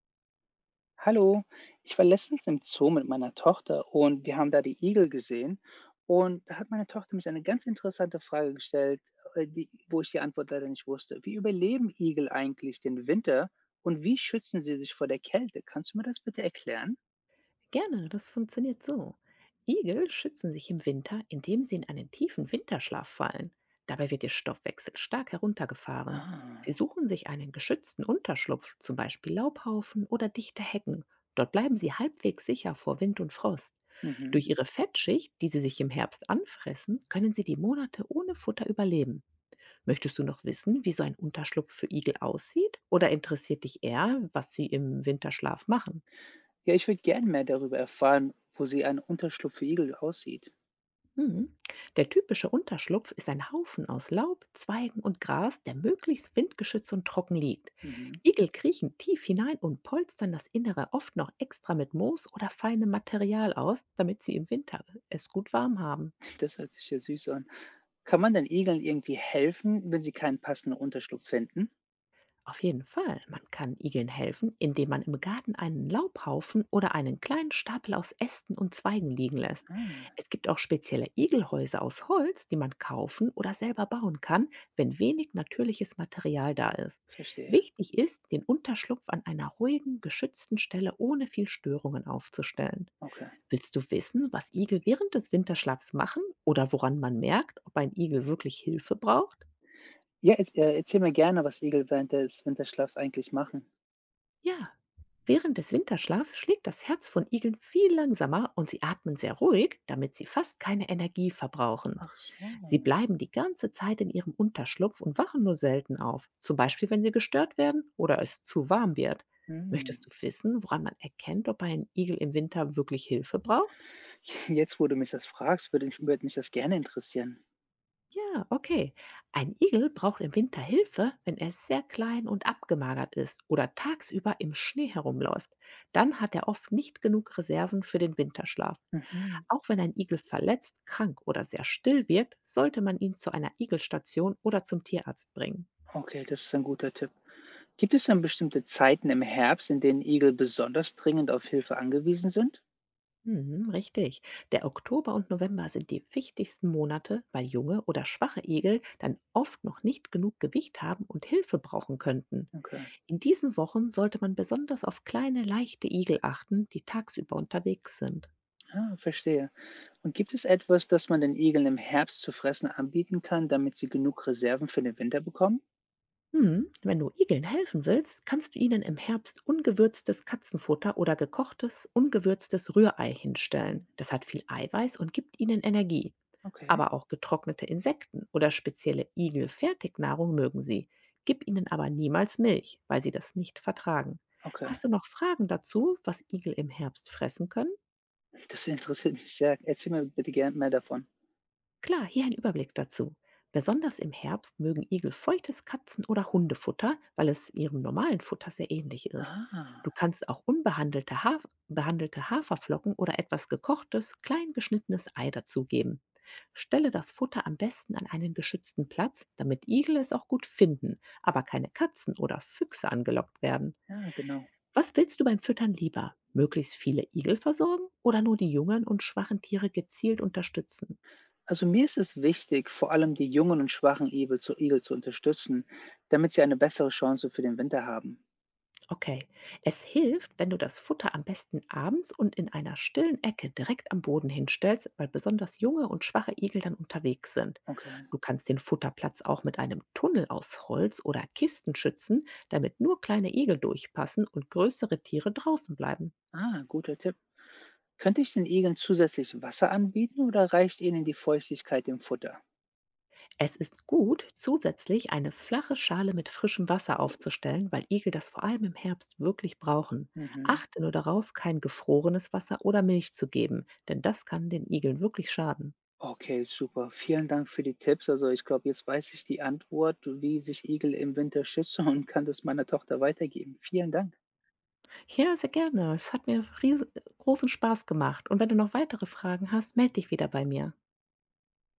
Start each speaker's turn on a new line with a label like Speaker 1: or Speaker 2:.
Speaker 1: Hallo, ich war letztens im Zoo mit meiner Tochter und wir haben da die Igel gesehen. Und da hat meine Tochter mich eine ganz interessante Frage gestellt, die, wo ich die Antwort leider nicht wusste. Wie überleben Igel eigentlich den Winter und wie schützen sie sich vor der Kälte? Kannst du mir das bitte erklären?
Speaker 2: Gerne, das funktioniert so. Igel schützen sich im Winter, indem sie in einen tiefen Winterschlaf fallen. Dabei wird ihr Stoffwechsel stark heruntergefahren. Sie
Speaker 1: Ah,
Speaker 2: suchen sich einen geschützten Unterschlupf, zum Beispiel Laubhaufen oder dichte Hecken. Dort bleiben sie halbwegs sicher vor Wind und Frost.
Speaker 1: mhm.
Speaker 2: Durch ihre Fettschicht, die sie sich im Herbst anfressen, können sie die Monate ohne Futter überleben. Möchtest du noch wissen, wie so ein Unterschlupf für Igel aussieht? Oder interessiert dich eher, was sie im Winterschlaf machen?
Speaker 1: Ja, ich würde gern mehr darüber erfahren, wo sie ein Unterschlupf für Igel aussieht.
Speaker 2: Mhm. Der typische Unterschlupf ist ein Haufen aus Laub, Zweigen und Gras, der möglichst windgeschützt und trocken liegt.
Speaker 1: Mhm.
Speaker 2: Igel kriechen tief hinein und polstern das Innere oft noch extra mit Moos oder feinem Material aus, damit sie im Winter es gut warm haben.
Speaker 1: Das hört sich ja süß an. Kann man den Igeln irgendwie helfen, wenn sie keinen passenden Unterschlupf finden?
Speaker 2: Auf jeden Fall. Man kann Igeln helfen, indem man im Garten einen Laubhaufen oder einen kleinen Stapel aus Ästen und Zweigen liegen lässt.
Speaker 1: Ah,
Speaker 2: Es gibt auch spezielle Igelhäuser aus Holz, die man kaufen oder selber bauen kann, wenn wenig natürliches Material da ist.
Speaker 1: verstehe.
Speaker 2: Wichtig ist, den Unterschlupf an einer ruhigen, geschützten Stelle ohne viel Störungen aufzustellen.
Speaker 1: Okay.
Speaker 2: Willst du wissen, was Igel während des Winterschlafs machen oder woran man merkt, ob ein Igel wirklich Hilfe braucht?
Speaker 1: Ja, erzähl mir gerne, was Igel während des Winterschlafs eigentlich machen.
Speaker 2: Ja, während des Winterschlafs schlägt das Herz von Igeln viel langsamer und sie atmen sehr ruhig, damit sie fast keine Energie verbrauchen.
Speaker 1: Ach
Speaker 2: Sie
Speaker 1: so.
Speaker 2: bleiben die ganze Zeit in ihrem Unterschlupf und wachen nur selten auf, zum Beispiel wenn sie gestört werden oder es zu warm wird.
Speaker 1: Mhm.
Speaker 2: Möchtest du wissen, woran man erkennt, ob ein Igel im Winter wirklich Hilfe braucht?
Speaker 1: Jetzt, wo du mich das fragst, würde mich das gerne interessieren.
Speaker 2: Ja, okay. Ein Igel braucht im Winter Hilfe, wenn er sehr klein und abgemagert ist oder tagsüber im Schnee herumläuft. Dann hat er oft nicht genug Reserven für den Winterschlaf.
Speaker 1: Mhm.
Speaker 2: Auch wenn ein Igel verletzt, krank oder sehr still wirkt, sollte man ihn zu einer Igelstation oder zum Tierarzt bringen.
Speaker 1: Okay, das ist ein guter Tipp. Gibt es dann bestimmte Zeiten im Herbst, in denen Igel besonders dringend auf Hilfe angewiesen sind?
Speaker 2: Mhm, richtig. Der Oktober und November sind die wichtigsten Monate, weil junge oder schwache Igel dann oft noch nicht genug Gewicht haben und Hilfe brauchen könnten.
Speaker 1: Okay,
Speaker 2: In diesen Wochen sollte man besonders auf kleine, leichte Igel achten, die tagsüber unterwegs sind.
Speaker 1: ah, verstehe. Und gibt es etwas, das man den Igeln im Herbst zu fressen anbieten kann, damit sie genug Reserven für den Winter bekommen?
Speaker 2: Hm, wenn du Igeln helfen willst, kannst du ihnen im Herbst ungewürztes Katzenfutter oder gekochtes, ungewürztes Rührei hinstellen.
Speaker 1: Hm,
Speaker 2: Das hat viel Eiweiß und gibt ihnen Energie.
Speaker 1: okay,
Speaker 2: Aber auch getrocknete Insekten oder spezielle Igel-Fertignahrung mögen sie. Gib ihnen aber niemals Milch, weil sie das nicht vertragen.
Speaker 1: okay.
Speaker 2: Hast du noch Fragen dazu, was Igel im Herbst fressen können?
Speaker 1: Das interessiert mich sehr. Erzähl mir bitte gerne mehr davon.
Speaker 2: Klar, hier ein Überblick dazu. Besonders im Herbst mögen Igel feuchtes Katzen- oder Hundefutter, weil es ihrem normalen Futter sehr ähnlich ist. Du
Speaker 1: Ah.
Speaker 2: kannst auch unbehandelte Haf behandelte Haferflocken oder etwas gekochtes, klein geschnittenes Ei dazugeben. Stelle das Futter am besten an einen geschützten Platz, damit Igel es auch gut finden, aber keine Katzen oder Füchse angelockt werden.
Speaker 1: Ja, genau.
Speaker 2: Was willst du beim Füttern lieber? Möglichst viele Igel versorgen oder nur die jungen und schwachen Tiere gezielt unterstützen?
Speaker 1: Also mir ist es wichtig, vor allem die jungen und schwachen Igel zu unterstützen, damit sie eine bessere Chance für den Winter haben.
Speaker 2: Okay. Es hilft, wenn du das Futter am besten abends und in einer stillen Ecke direkt am Boden hinstellst, weil besonders junge und schwache Igel dann unterwegs sind.
Speaker 1: Okay.
Speaker 2: Du kannst den Futterplatz auch mit einem Tunnel aus Holz oder Kisten schützen, damit nur kleine Igel durchpassen und größere Tiere draußen bleiben.
Speaker 1: Ah, guter Tipp. Könnte ich den Igeln zusätzlich Wasser anbieten oder reicht ihnen die Feuchtigkeit im Futter?
Speaker 2: Es ist gut, zusätzlich eine flache Schale mit frischem Wasser aufzustellen, weil Igel das vor allem im Herbst wirklich brauchen.
Speaker 1: Mhm.
Speaker 2: Achte nur darauf, kein gefrorenes Wasser oder Milch zu geben, denn das kann den Igeln wirklich schaden.
Speaker 1: Okay, super. Vielen Dank für die Tipps. Also ich glaube, jetzt weiß ich die Antwort, wie sich Igel im Winter schützen und kann das meiner Tochter weitergeben. Vielen Dank.
Speaker 2: Ja, sehr gerne. Es hat mir riesen großen Spaß gemacht. Und wenn du noch weitere Fragen hast, melde dich wieder bei mir.